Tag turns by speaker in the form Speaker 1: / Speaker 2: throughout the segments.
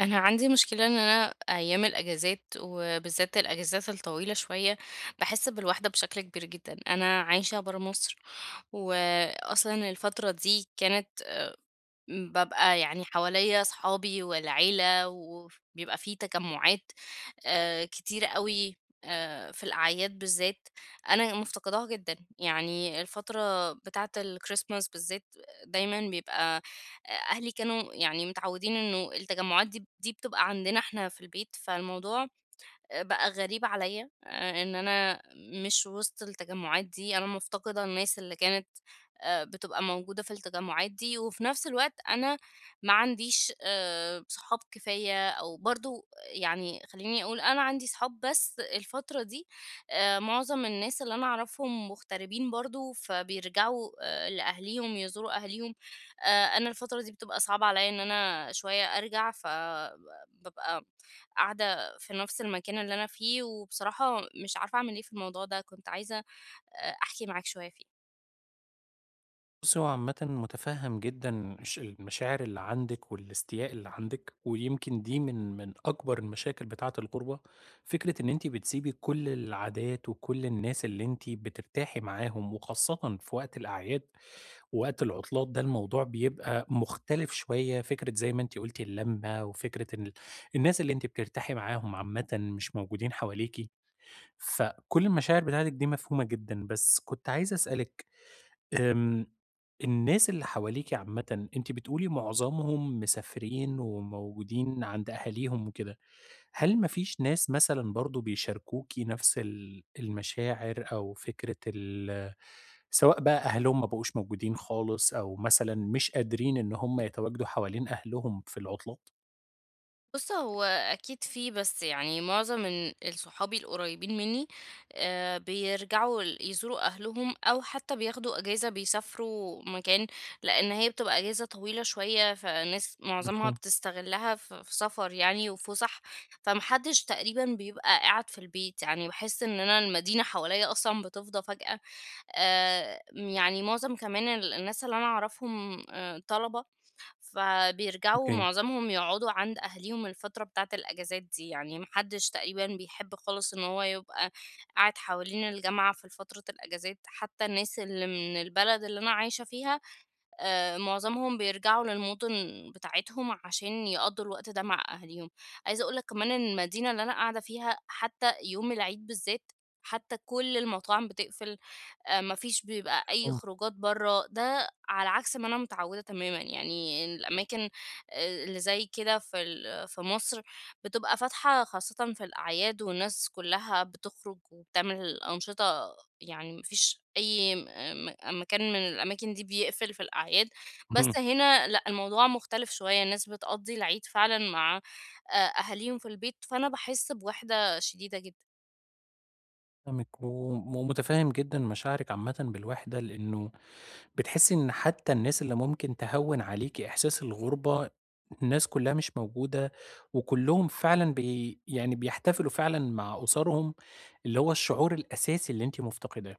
Speaker 1: أنا عندي مشكلة إن أنا أيام الأجازات وبالذات الأجازات الطويلة شوية باحس بالوحدة بشكل كبير جدًا، أنا عايشة برّه مصر، وأصلًا الفترة دي كانت بابقى يعني حواليّا صحابي والعيلة وبيبقى في تجمعات. كتير أوي في الأعياد بالذات، أنا مفتقداها جدًا، يعني الفترة بتاعة الChristmas بالذات دايمًا بيبقى أهلي كانوا يعني متعودين إنه التجمعات دي بتبقى عندنا إحنا في البيت، فالموضوع بقى غريب عليّا إن أنا مش وسط التجمُّعات دي، أنا مفتقدة الناس اللي كانت بتبقى موجودة في التجمُّعات دي، وفي نفس الوقت أنا ما عنديش صحاب كفاية أو برضه يعني خلّيني أقول أنا عندي صحاب بس الفترة دي معظم الناس اللي أنا أعرفهم مغتربين برضه، فبيرجعوا لأهاليهم، يزوروا أهاليهم. أنا الفترة دي بتبقى صعبة عليّا إن أنا شوية أرجع، فبابقى قاعدة في نفس المكان اللي أنا فيه، وبصراحة مش عارفة أعمل إيه في الموضوع ده، كنت عايزة أحكي معاك شوية فيه.
Speaker 2: بُصّي، هو عامةً مُتفهِّم جدًا المشاعر اللي عندِك والاستياء اللي عندِك، ويمكن دي من أكبر المشاكل بتاعة الغُربة، فكرة إن أنتِ بتسيبي كل العادات وكل الناس اللي أنتِ بترتاحي معاهم، وخاصةً في وقت الأعياد ووقت العطلات، ده الموضوع بيبقى مختلف شوية. فكرة زي ما أنتِ قُلتِ اللمة، وفكرة إن الناس اللي أنتِ بترتاحي معاهم عامةً مش موجودين حواليكِ، فكل المشاعر بتاعتِك دي مفهومة جدًا. بس كنت عايز أسألِك، آمم، الناس اللي حواليكِ عامةً، أنتِ بتقولي معظمهم مسافرين وموجودين عند أهاليهم وكده، هل ما فيش ناس مثلًا برضه بيشاركوكِ نفس المشاعر أو فكرة سواء بقى أهلهم ما بقوش موجودين خالص أو مثلًا مش قادرين إن هم يتواجدوا حوالين أهلهم في العطلات؟
Speaker 1: بُص، هو أكيد في، بس يعني معظم صحابي القريبين مني، بيرجعوا يزوروا أهلهم أو حتى بياخدوا أجازة بيسافروا مكان، لإن هي بتبقى أجازة طويلة شوية، فالناس معظمها
Speaker 2: مفهوم.
Speaker 1: بتستغلها في سفر يعني وفُسح، فما حدش تقريبًا بيبقى قاعد في البيت، يعني باحس إن أنا المدينة حواليّا أصلًا بتفضى فجأة، يعني معظم كمان الناس اللي أنا أعرفهم، طلبة، فبيرجعوا
Speaker 2: أوكي.
Speaker 1: معظمهم يقعدوا عند أهاليهم الفترة بتاعة الأجازات دي، يعني ما حدش تقريبًا بيحب خالص إن هو يبقى قاعد حوالين الجامعة في فترة الأجازات، حتى الناس اللي من البلد اللي أنا عايشة فيها، معظمهم بيرجعوا للمدن بتاعتهم عشان يقضّوا الوقت ده مع أهاليهم. عايزة أقول لك كمان إن المدينة اللي أنا قاعدة فيها حتى يوم العيد بالذات، حتى كل المطاعم بتقفل، ما فيش بيبقى أي
Speaker 2: مفهوم.
Speaker 1: خروجات برّه، ده على عكس ما أنا متعودة تمامًا، يعني الأماكن، اللي زي كده في في مصر بتبقى فاتحة خاصةً في الأعياد والناس كلّها بتخرج وبتعمل أنشطة، يعني ما فيش أي م آه، م مكان من الأماكن دي بيقفل في الأعياد،
Speaker 2: اهم،
Speaker 1: بس هنا لأ، الموضوع مختلف شوية، الناس بتقضّي العيد فعلًا مع أهاليهم في البيت، فأنا باحس بوِحدة شديدة جدًا.
Speaker 2: فاهمِك، ومتفهم جدًا مشاعرِك عامةً بالوحدة، لإنه بتحسي إن حتى الناس اللي ممكن تهوّن عليكِ إحساس الغُربة، الناس كُلّها مش موجودة، وكُلّهم فعلًا بي يعني بيحتفلوا فعلًا مع أسرهم، اللي هو الشعور الأساسي اللي أنتِ مفتقداه.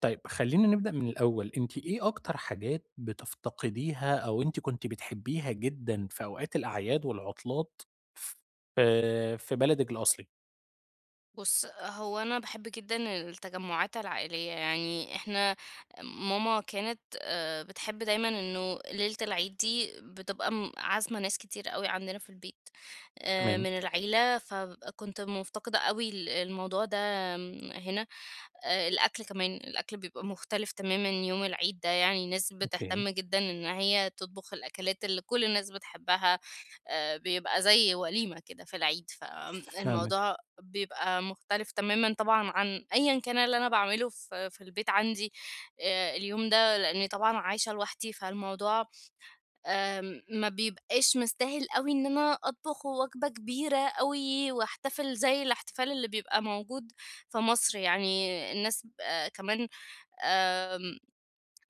Speaker 2: طيب خلّينا نبدأ من الأول، أنتِ إيه أكتر حاجات بتفتقديها أو أنتِ كنتِ بتحبيها جدًا في أوقات الأعياد والعطلات ف في بلدِك الأصلي؟
Speaker 1: بُص، هو أنا باحب جدًا التجمعات العائلية، يعني إحنا ماما كانت بتحب دايمًا إنه ليلة العيد دي بتبقى عازمة ناس كتير أوي عندنا في البيت
Speaker 2: تمام.
Speaker 1: من العيلة، فكنت مفتقدة أوي الموضوع ده هنا. الأكل كمان، الأكل بيبقى مختلف تمامًا يوم العيد ده، يعني ناس
Speaker 2: أوكي.
Speaker 1: بتهتم جدًا إن هي تطبخ الأكلات اللي كل الناس بتحبها، بيبقى زي وليمة كده في العيد،
Speaker 2: فاهمِك.
Speaker 1: فالموضوع بيبقى مختلف تمامًا طبعًا عن أيًا كان اللي أنا باعمله في البيت عندي اليوم ده، لإني طبعًا عايشة لوحدي، فالموضوع ما بيبقاش مستاهل أوي إن أنا أطبخ وجبة كبيرة أوي واحتفل زي الاحتفال اللي بيبقى موجود في مصر، يعني الناس كمان آمم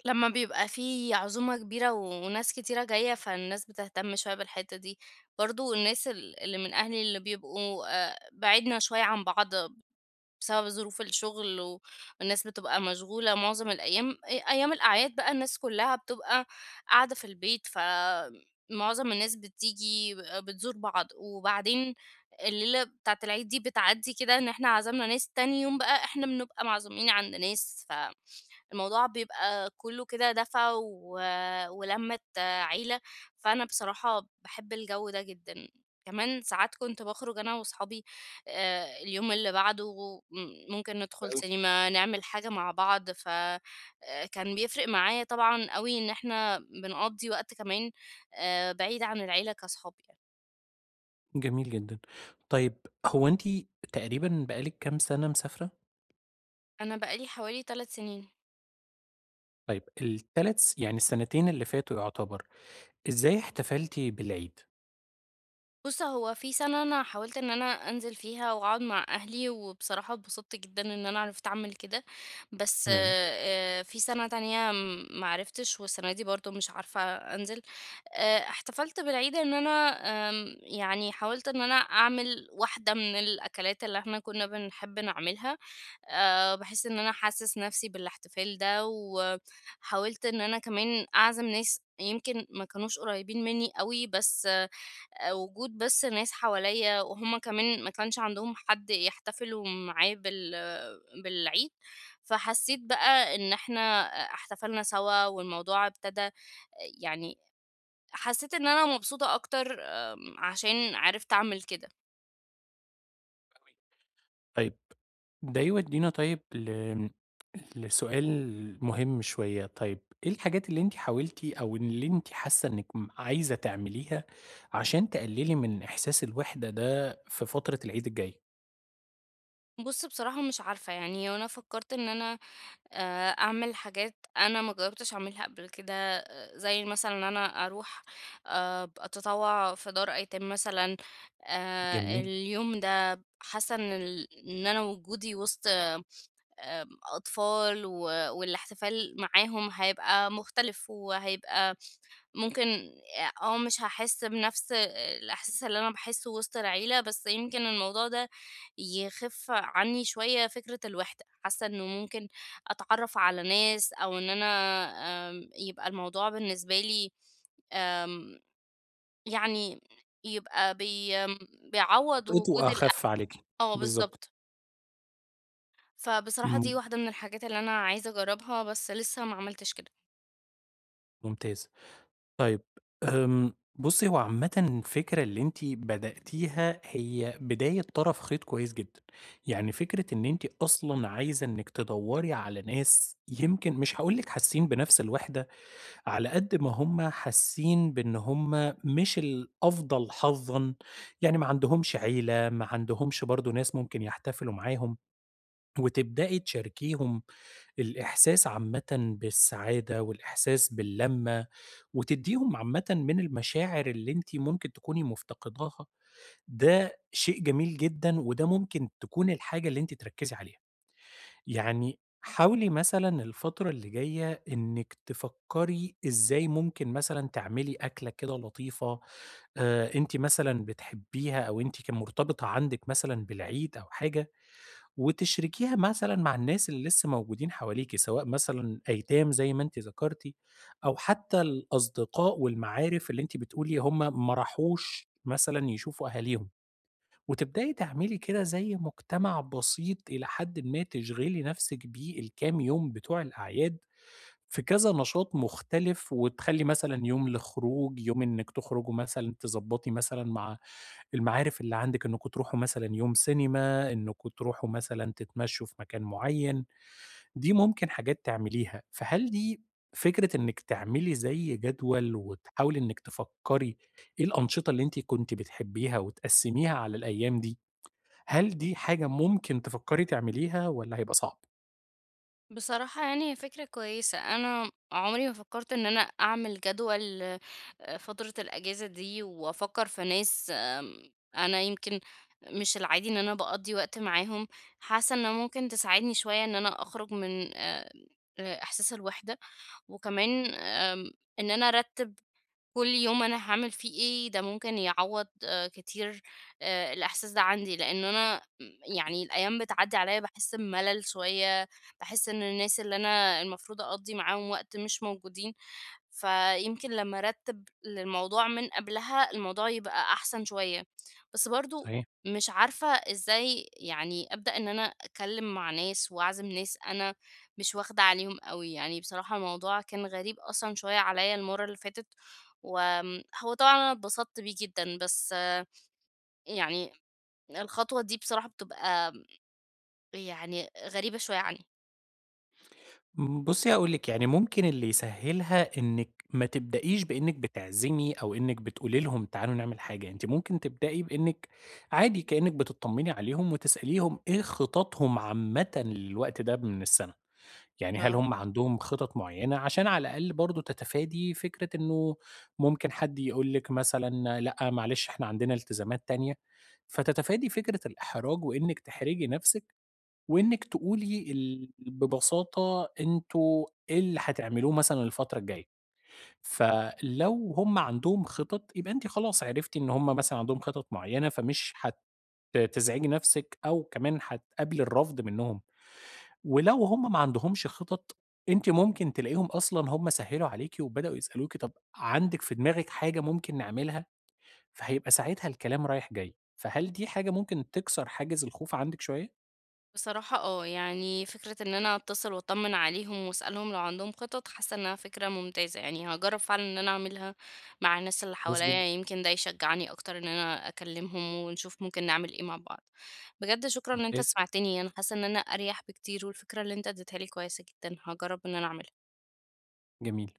Speaker 1: لمّا بيبقى في عزومة كبيرة وناس كتيرة جاية، فالناس بتهتم شوية بالحتة دي. برضه الناس اللي من أهلي اللي بيبقوا بعِدنا شوية عن بعض بسبب ظروف الشغل والناس بتبقى مشغولة معظم الأيام، أيام الأعياد بقى الناس كلّها بتبقى قاعدة في البيت، فمعظم الناس بتيجي بتزور بعض، وبعدين الليلة بتاعة العيد دي بتعدّي كده إن إحنا عزمنا ناس، تاني يوم بقى إحنا بنبقى معزومين عند ناس الموضوع بيبقى كُلّه كده دفا ولمّة عيلة، فأنا بصراحة باحب الجو ده جدًا. كمان ساعات كنت باخرج أنا وأصحابي، اليوم اللي بعده ممكن ندخل سينما، نعمل حاجة مع بعض، ف كان بيفرق معايا طبعًا أوي إن إحنا بنقضّي وقت كمان بعيد عن العيلة كأصحاب يعني.
Speaker 2: جميل جدًا. طيب، هو أنتِ تقريبًا بقى لِك كام سَنة مسافرة؟
Speaker 1: أنا بقى لي حوالي 3 سنين.
Speaker 2: طيب ال3 يعني السنتين اللي فاتوا يعتبر، إزاي احتفلتِ بالعيد؟
Speaker 1: بُص، هو في سَنة أنا حاولت إن أنا أنزل فيها وأقعد مع أهلي، وبصراحة اتبسطت جدًا إن أنا عرفت أعمل كده، بس
Speaker 2: تمام.
Speaker 1: في سَنة تانية ما عرفتش، والسَنة دي برضه مش عارفة أنزل. احتفلت بالعيد إن أنا يعني حاولت إن أنا أعمل واحدة من الأكلات اللي إحنا كنا بنحب نعملها، بحيث إن أنا أحسِّس نفسي بالاحتفال ده، وحاولت إن أنا كمان أعزم ناس يمكن ما كانوش قريبين مني أوي، بس وجود بس ناس حواليّا وهُم كمان ما كانش عندهم حد يحتفلوا معاه بالعيد، فحسّيت بقى إن إحنا احتفلنا سوا والموضوع ابتدا، يعني حسّيت إن أنا مبسوطة أكتر عشان عرفت أعمل كده.
Speaker 2: أوي. طيب، ده يودينا طيب لسؤال مهم شوية. طيب، إيه الحاجات اللي أنتِ حاولتِ أو اللي أنتِ حاسة إنِّك عايزة تعمليها عشان تقللي من إحساس الوحدة ده في فترة العيد الجاي؟
Speaker 1: بُص بصراحة مش عارفة، يعني هو أنا فكّرت إن أنا، أعمل حاجات أنا ما جرّبتش أعملها قبل كده، زي مثلًا إن أنا أروح، أتطوّع في دار أيتام مثلًا،
Speaker 2: جميل.
Speaker 1: اليوم ده حاسة إن أنا وجودي وسط أطفال والاحتفال معاهم هيبقى مختلف وهيبقى ممكن، مش هاحس بنفس الإحساس اللي أنا باحسه وسط العيلة، بس يمكن الموضوع ده يخف عني شوية فكرة الوِحدة، حاسة إنه ممكن أتعرّف على ناس أو إن أنا، يبقى الموضوع بالنسبة لي، آمم، يعني يبقى بي آمم، بيعوّض وجود
Speaker 2: وطئته أخف عليكِ.
Speaker 1: آه
Speaker 2: بالضبط.
Speaker 1: بالضبط، فبصراحة
Speaker 2: إمم،
Speaker 1: دي واحدة من الحاجات اللي أنا عايزة أجرّبها، بس لسه ما عملتش كده.
Speaker 2: ممتاز. طيب، بُصّي، هو عامةً الفكرة اللي أنتِ بدأتيها هي بداية طرف خيط كويس جدًا. يعني فكرة إن أنتِ أصلًا عايزة إنِّك تدوّري على ناس، يمكن مش هاقول لِك حاسين بنفس الوحدة، على قد ما هُم حاسين بإن هُم مش الأفضل حظًا، يعني ما عندهمش عيلة، ما عندهمش برضه ناس ممكن يحتفلوا معاهم. وتبدأي تشاركيهم الإحساس عامةً بالسعادة والإحساس باللمّة، وتدّيهم عامةً من المشاعر اللي أنتِ ممكن تكوني مفتقداها. ده شيء جميل جدًا، وده ممكن تكون الحاجة اللي أنتِ تركّزي عليها. يعني حاولي مثلًا الفترة اللي جاية إنِّك تفكّري إزاي ممكن مثلًا تعملي أكلة كده لطيفة، أنتِ مثلًا بتحبّيها أو أنتِ كان مرتبطة عندِك مثلًا بالعيد أو حاجة، وتشركيها مثلًا مع الناس اللي لسه موجودين حواليكِ، سواء مثلًا أيتام زي ما أنتِ ذكرتِ، أو حتى الأصدقاء والمعارف اللي أنتِ بتقولي هم ما راحوش مثلًا يشوفوا أهاليهم. وتبدئي تعملي كده زي مجتمع بسيط إلى حدٍ ما تشغلي نفسِك بيه الكام يوم بتوع الأعياد في كذا نشاط مختلف، وتخلّي مثلًا يوم لخروج، يوم إنِّك تخرجوا مثلًا، تضبّطي مثلًا مع المعارف اللي عندِك إنكم تروحوا مثلًا يوم سينما، إنكم تروحوا مثلًا تتمشوا في مكان معيّن. دي ممكن حاجات تعمليها. فهل دي فكرة إنِّك تعملي زي جدول وتحاولي إنِّك تفكّري إيه الأنشطة اللي أنتِ كنتِ بتحبيها وتقسّميها على الأيام دي، هل دي حاجة ممكن تفكّري تعمليها والّا هيبقى صعب؟
Speaker 1: بصراحة يعني هي فكرة كويسة أنا عمري ما فكرت إن أنا أعمل جدول فترة الأجازة دي وأفكر في ناس، أنا يمكن مش العادي إن أنا بقضي وقت معاهم، حاسة إن ممكن تساعدني شوية إن أنا أخرج من، إحساس الوحدة وكمان، إن أنا أرتب كل يوم أنا هاعمل فيه إيه، ده ممكن يعوّض كتير الإحساس ده عندي، لإن أنا يعني الأيام بتعدّي عليّا باحس بملل شوية، باحس إن الناس اللي أنا المفروض أقضّي معاهم وقت مش موجودين. فيمكن لمّا أرتّب للموضوع من قبلها، الموضوع يبقى أحسن شوية. بس برضه مش عارفة إزاي يعني أبدأ إن أنا أتكلّم مع ناس وأعزم ناس أنا مش واخدة عليهم أوي. يعني بصراحة الموضوع كان غريب أصلًا شوية عليّا المَرّة اللي فاتت، هو طبعًا أنا اتبسطت بيه جدًا، بس يعني الخطوة دي بصراحة بتبقى يعني غريبة شوية عني.
Speaker 2: إمم، بُصّي هاقول لِك، يعني ممكن اللي يسهّلها إنِّك ما تبدأيش بإنِّك بتعزمي أو إنِّك بتقولي لهم تعالوا نعمل حاجة. أنتِ ممكن تبدئي بإنِّك عادي كإنِّك بتطمّني عليهم وتسأليهم إيه خططهم عامةً للوقت ده من السَنة. يعني هل
Speaker 1: آه.
Speaker 2: هم عندهم خطط معيّنة، عشان على الأقل برضه تتفادي فكرة إنه ممكن حد يقول لِك مثلًا لأ معلش إحنا عندنا التزامات تانية، فتتفادي فكرة الإحراج وإنِّك تحرجي نَفْسِك، وإنِّك تقولي ببساطة أنتم إيه اللي هتعملوه مثلًا الفترة الجاية. فلو هُم عندهم خطط يبقى أنتِ خلاص عرفتِ إن هُم مثلًا عندهم خطط معيّنة، فمش تزعجي نفسِك أو كمان هتقابلي الرفض منّهم. ولو هُم ما عندهمش خطط، أنتِ ممكن تلاقيهم أصلًا هُم سهّلوا عليكِ وبدأوا يسألوكِ طَب عندِك في دماغِك حاجة ممكن نعملها؟ فهيبقى ساعتها الكلام رايح جاي. فهل دي حاجة ممكن تكسر حاجز الخوف عندِك شوية؟
Speaker 1: بصراحة يعني فكرة ان انا اتصل واطمن عليهم واسألهم لو عندهم خطط، حاسة انها فكرة ممتازة، يعني هجرب فعلا ان انا اعملها مع الناس اللي
Speaker 2: كويس جدًا.
Speaker 1: حواليا، يمكن ده يشجعني اكتر ان انا اكلمهم ونشوف ممكن نعمل ايه مع بعض. بجد شكرا ان انت
Speaker 2: ممتاز.
Speaker 1: سمعتني، انا حاسة ان انا اريح بكتير، والفكرة اللي انت اديتها لي كويسة جدا، هجرب ان انا اعملها
Speaker 2: جميل.